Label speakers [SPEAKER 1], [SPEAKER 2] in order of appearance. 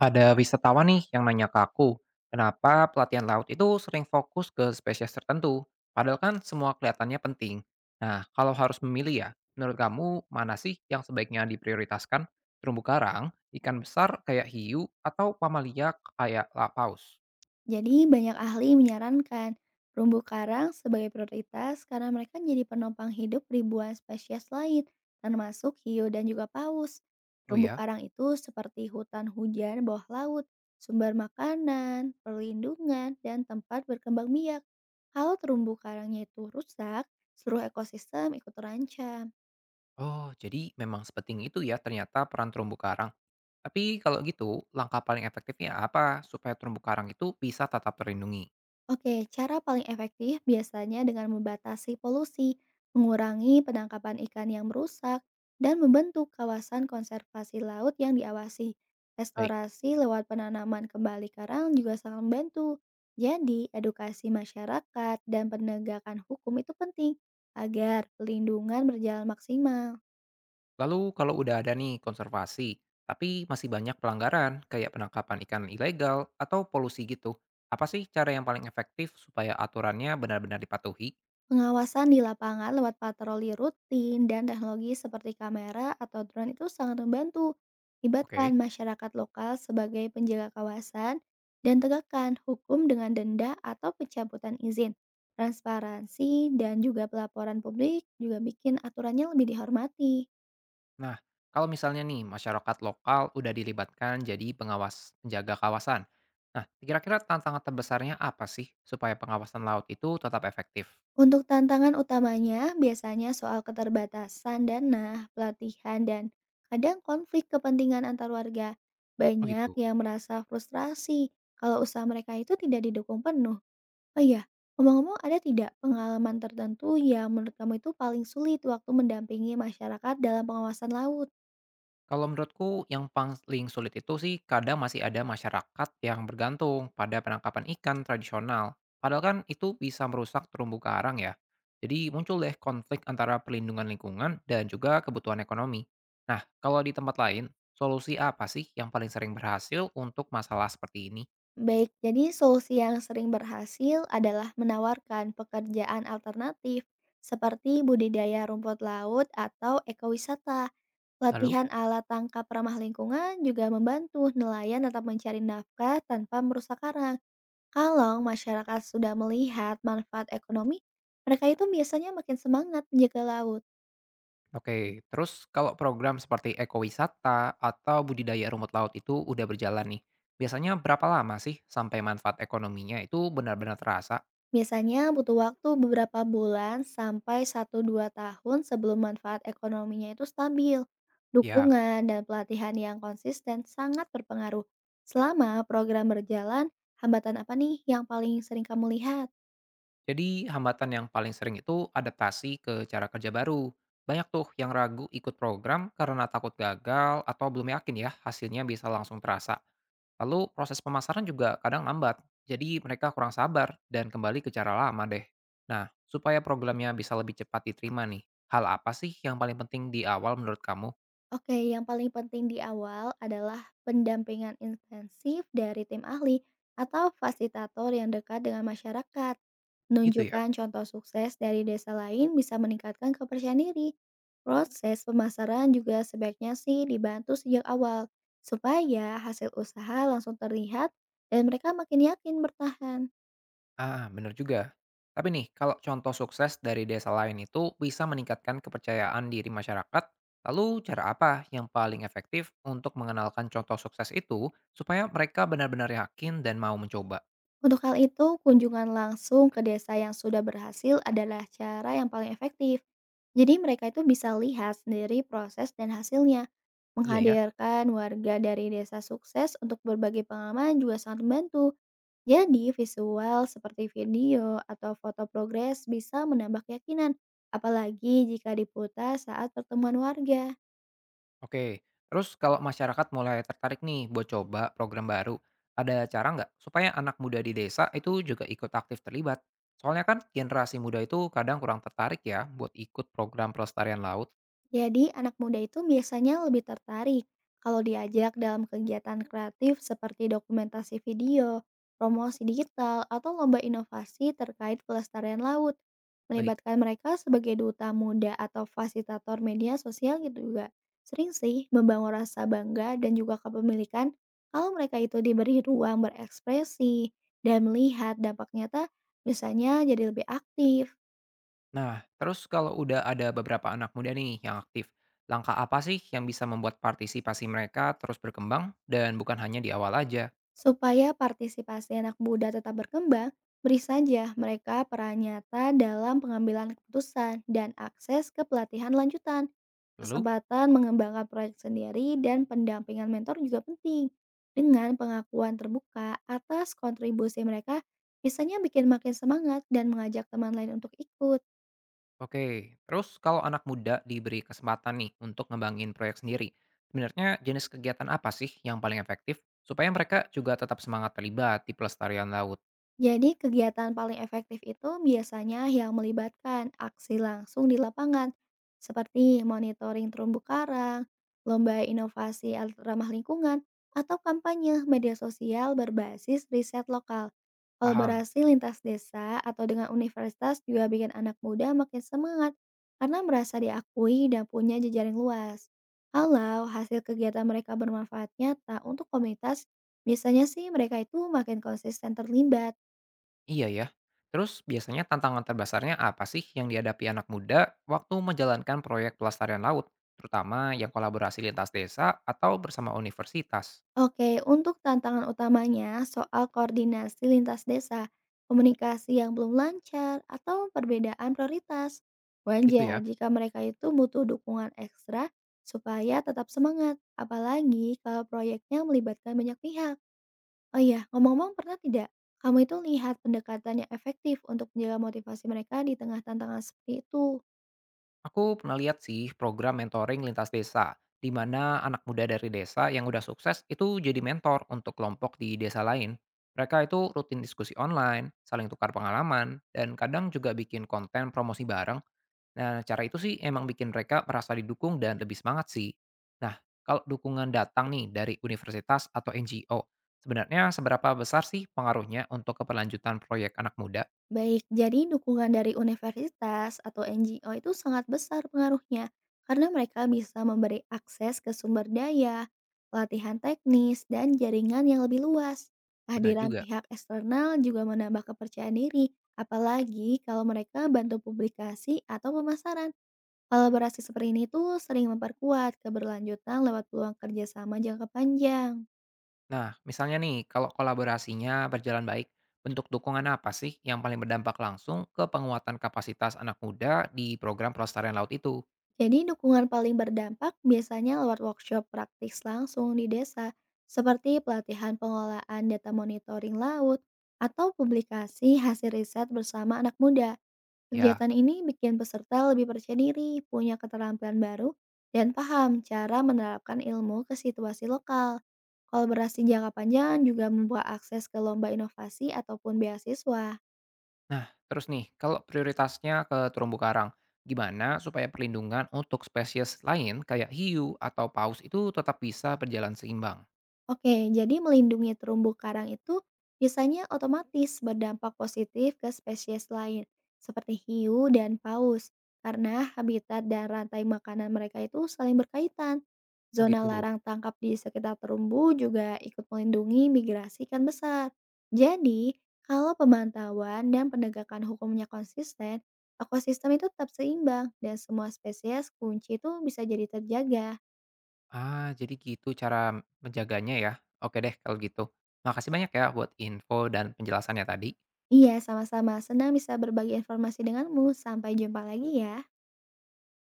[SPEAKER 1] Ada wisatawan nih yang nanya ke aku, kenapa pelatihan laut itu sering fokus ke spesies tertentu, padahal kan semua kelihatannya penting. Nah, kalau harus memilih ya, menurut kamu mana sih yang sebaiknya diprioritaskan? Terumbu karang, ikan besar kayak hiu, atau mamalia kayak paus?
[SPEAKER 2] Jadi banyak ahli menyarankan terumbu karang sebagai prioritas karena mereka jadi penopang hidup ribuan spesies lain, termasuk hiu dan juga paus.
[SPEAKER 1] Oh
[SPEAKER 2] Terumbu
[SPEAKER 1] ya,
[SPEAKER 2] karang itu seperti hutan hujan bawah laut, sumber makanan, perlindungan, dan tempat berkembang biak. Kalau terumbu karangnya itu rusak, seluruh ekosistem ikut terancam.
[SPEAKER 1] oh jadi memang sepenting itu ya ternyata peran terumbu karang. Tapi kalau gitu, langkah paling efektifnya apa supaya terumbu karang itu bisa tetap terlindungi?
[SPEAKER 2] Oke, cara paling efektif biasanya dengan membatasi polusi, mengurangi penangkapan ikan yang merusak, dan membentuk kawasan konservasi laut yang diawasi.
[SPEAKER 1] Baik.
[SPEAKER 2] Restorasi lewat penanaman kembali karang juga sangat membantu. Jadi, edukasi masyarakat dan penegakan hukum itu penting agar pelindungan berjalan maksimal.
[SPEAKER 1] Lalu kalau udah ada nih konservasi, tapi masih banyak pelanggaran kayak penangkapan ikan ilegal atau polusi gitu. Apa sih cara yang paling efektif supaya aturannya benar-benar dipatuhi?
[SPEAKER 2] Pengawasan di lapangan lewat patroli rutin dan teknologi seperti kamera atau drone itu sangat membantu. Libatkan
[SPEAKER 1] Oke.
[SPEAKER 2] masyarakat lokal sebagai penjaga kawasan dan tegakkan hukum dengan denda atau pencabutan izin. Transparansi dan juga pelaporan publik juga bikin aturannya lebih dihormati.
[SPEAKER 1] Nah, kalau misalnya nih masyarakat lokal udah dilibatkan jadi pengawas penjaga kawasan. Nah, kira-kira tantangan terbesarnya apa sih supaya pengawasan laut itu tetap efektif?
[SPEAKER 2] Untuk tantangan utamanya biasanya soal keterbatasan dana, pelatihan, dan kadang konflik kepentingan antar warga.
[SPEAKER 1] Oh
[SPEAKER 2] Banyak
[SPEAKER 1] gitu.
[SPEAKER 2] yang merasa frustrasi kalau usaha mereka itu tidak didukung penuh. Oh iya, ngomong-ngomong ada tidak pengalaman tertentu yang menurut kamu itu paling sulit waktu mendampingi masyarakat dalam pengawasan laut?
[SPEAKER 1] Kalau menurutku yang paling sulit itu sih kadang masih ada masyarakat yang bergantung pada penangkapan ikan tradisional. Padahal kan itu bisa merusak terumbu karang ya. Jadi muncul deh konflik antara perlindungan lingkungan dan juga kebutuhan ekonomi. Nah, kalau di tempat lain, solusi apa sih yang paling sering berhasil untuk masalah seperti ini?
[SPEAKER 2] Baik, jadi solusi yang sering berhasil adalah menawarkan pekerjaan alternatif seperti budidaya rumput laut atau ekowisata.
[SPEAKER 1] Lalu?
[SPEAKER 2] Pelatihan alat tangkap ramah lingkungan juga membantu nelayan tetap mencari nafkah tanpa merusak karang. Kalau masyarakat sudah melihat manfaat ekonomi, mereka itu biasanya makin semangat menjaga laut.
[SPEAKER 1] Oke, terus kalau program seperti ekowisata atau budidaya rumput laut itu udah berjalan nih, biasanya berapa lama sih sampai manfaat ekonominya itu benar-benar terasa?
[SPEAKER 2] Biasanya butuh waktu beberapa bulan sampai 1 2 tahun sebelum manfaat ekonominya itu stabil.
[SPEAKER 1] Ya,
[SPEAKER 2] Dukungan dan pelatihan yang konsisten sangat berpengaruh. Selama program berjalan, hambatan apa nih yang paling sering kamu lihat?
[SPEAKER 1] jadi hambatan yang paling sering itu adaptasi ke cara kerja baru. Banyak tuh yang ragu ikut program karena takut gagal atau belum yakin ya hasilnya bisa langsung terasa. Lalu proses pemasaran juga kadang lambat, jadi mereka kurang sabar dan kembali ke cara lama deh. Nah, supaya programnya bisa lebih cepat diterima nih, hal apa sih yang paling penting di awal menurut kamu?
[SPEAKER 2] Oke, yang paling penting di awal adalah pendampingan intensif dari tim ahli atau fasilitator yang dekat dengan masyarakat.
[SPEAKER 1] Itu ya.
[SPEAKER 2] Menunjukkan contoh sukses dari desa lain bisa meningkatkan kepercayaan diri. Proses pemasaran juga sebaiknya sih dibantu sejak awal, supaya hasil usaha langsung terlihat dan mereka makin yakin bertahan.
[SPEAKER 1] Ah, bener juga. Tapi nih, kalau contoh sukses dari desa lain itu bisa meningkatkan kepercayaan diri masyarakat, lalu cara apa yang paling efektif untuk mengenalkan contoh sukses itu supaya mereka benar-benar yakin dan mau mencoba?
[SPEAKER 2] Untuk hal itu, kunjungan langsung ke desa yang sudah berhasil adalah cara yang paling efektif. Jadi mereka itu bisa lihat sendiri proses dan hasilnya.
[SPEAKER 1] Iya ya.
[SPEAKER 2] Menghadirkan warga dari desa sukses untuk berbagi pengalaman juga sangat membantu. Jadi visual seperti video atau foto progres bisa menambah keyakinan, apalagi jika diputar saat pertemuan warga.
[SPEAKER 1] Oke, terus kalau masyarakat mulai tertarik nih buat coba program baru, ada cara nggak supaya anak muda di desa itu juga ikut aktif terlibat? Soalnya kan generasi muda itu kadang kurang tertarik ya buat ikut program pelestarian laut.
[SPEAKER 2] Jadi, anak muda itu biasanya lebih tertarik kalau diajak dalam kegiatan kreatif seperti dokumentasi video, promosi digital, atau lomba inovasi terkait pelestarian laut.
[SPEAKER 1] Baik.
[SPEAKER 2] Melibatkan mereka sebagai duta muda atau fasilitator media sosial gitu juga. Sering sih membangun rasa bangga dan juga kepemilikan kalau mereka itu diberi ruang berekspresi dan melihat dampak nyata, biasanya jadi lebih aktif.
[SPEAKER 1] Nah, terus kalau udah ada beberapa anak muda nih yang aktif, langkah apa sih yang bisa membuat partisipasi mereka terus berkembang dan bukan hanya di awal aja?
[SPEAKER 2] Supaya partisipasi anak muda tetap berkembang, beri saja mereka peran nyata dalam pengambilan keputusan dan akses ke pelatihan lanjutan.
[SPEAKER 1] Lalu,
[SPEAKER 2] Kesempatan mengembangkan proyek sendiri dan pendampingan mentor juga penting. Dengan pengakuan terbuka atas kontribusi mereka, biasanya bikin makin semangat dan mengajak teman lain untuk ikut.
[SPEAKER 1] oke, terus kalau anak muda diberi kesempatan nih untuk ngembangin proyek sendiri, sebenarnya jenis kegiatan apa sih yang paling efektif supaya mereka juga tetap semangat terlibat di pelestarian laut?
[SPEAKER 2] Jadi kegiatan paling efektif itu biasanya yang melibatkan aksi langsung di lapangan, seperti monitoring terumbu karang, lomba inovasi ramah lingkungan, atau kampanye media sosial berbasis riset lokal.
[SPEAKER 1] Paham?
[SPEAKER 2] Kolaborasi lintas desa atau dengan universitas juga bikin anak muda makin semangat karena merasa diakui dan punya jejaring luas. Kalau hasil kegiatan mereka bermanfaat nyata untuk komunitas, biasanya sih mereka itu makin konsisten terlibat.
[SPEAKER 1] Iya ya. Terus biasanya tantangan terbesarnya apa sih yang dihadapi anak muda waktu menjalankan proyek pelestarian laut, terutama yang kolaborasi lintas desa atau bersama universitas?
[SPEAKER 2] Oke, untuk tantangan utamanya soal koordinasi lintas desa, komunikasi yang belum lancar, atau perbedaan prioritas.
[SPEAKER 1] Gitu
[SPEAKER 2] Wajar
[SPEAKER 1] ya.
[SPEAKER 2] jika mereka itu butuh dukungan ekstra supaya tetap semangat, apalagi kalau proyeknya melibatkan banyak pihak. Oh iya, ngomong-ngomong pernah tidak kamu itu lihat pendekatan yang efektif untuk menjaga motivasi mereka di tengah tantangan seperti itu?
[SPEAKER 1] Aku pernah lihat sih program mentoring lintas desa, di mana anak muda dari desa yang udah sukses itu jadi mentor untuk kelompok di desa lain. Mereka itu rutin diskusi online, saling tukar pengalaman, dan kadang juga bikin konten promosi bareng. Nah, cara itu sih emang bikin mereka merasa didukung dan lebih semangat sih. Nah, kalau dukungan datang nih dari universitas atau NGO, sebenarnya seberapa besar sih pengaruhnya untuk keberlanjutan proyek anak muda?
[SPEAKER 2] Baik, jadi dukungan dari universitas atau NGO itu sangat besar pengaruhnya karena mereka bisa memberi akses ke sumber daya, pelatihan teknis, dan jaringan yang lebih luas.
[SPEAKER 1] Bener
[SPEAKER 2] Kehadiran
[SPEAKER 1] juga.
[SPEAKER 2] pihak eksternal juga menambah kepercayaan diri, apalagi kalau mereka bantu publikasi atau pemasaran. Kolaborasi seperti ini tuh sering memperkuat keberlanjutan lewat peluang kerjasama jangka panjang.
[SPEAKER 1] Nah, misalnya nih, kalau kolaborasinya berjalan baik, bentuk dukungan apa sih yang paling berdampak langsung ke penguatan kapasitas anak muda di program pelestarian laut itu?
[SPEAKER 2] Jadi dukungan paling berdampak biasanya lewat workshop praktis langsung di desa, seperti pelatihan pengelolaan data monitoring laut atau publikasi hasil riset bersama anak muda.
[SPEAKER 1] Ya,
[SPEAKER 2] Kegiatan ini bikin peserta lebih percaya diri, punya keterampilan baru, dan paham cara menerapkan ilmu ke situasi lokal. Kolaborasi jangka panjang juga membuka akses ke lomba inovasi ataupun beasiswa.
[SPEAKER 1] nah, terus nih, kalau prioritasnya ke terumbu karang, gimana supaya perlindungan untuk spesies lain kayak hiu atau paus itu tetap bisa berjalan seimbang?
[SPEAKER 2] Oke, jadi melindungi terumbu karang itu biasanya otomatis berdampak positif ke spesies lain, seperti hiu dan paus, karena habitat dan rantai makanan mereka itu saling berkaitan.
[SPEAKER 1] Oh
[SPEAKER 2] Zona
[SPEAKER 1] gitu.
[SPEAKER 2] larang tangkap di sekitar terumbu juga ikut melindungi migrasi ikan besar. Jadi, kalau pemantauan dan penegakan hukumnya konsisten, ekosistem itu tetap seimbang dan semua spesies kunci itu bisa jadi terjaga.
[SPEAKER 1] Ah, jadi gitu cara menjaganya ya. Oke deh kalau gitu. Makasih banyak ya buat info dan penjelasannya tadi.
[SPEAKER 2] Iya, sama-sama. Senang bisa berbagi informasi denganmu. Sampai jumpa lagi ya.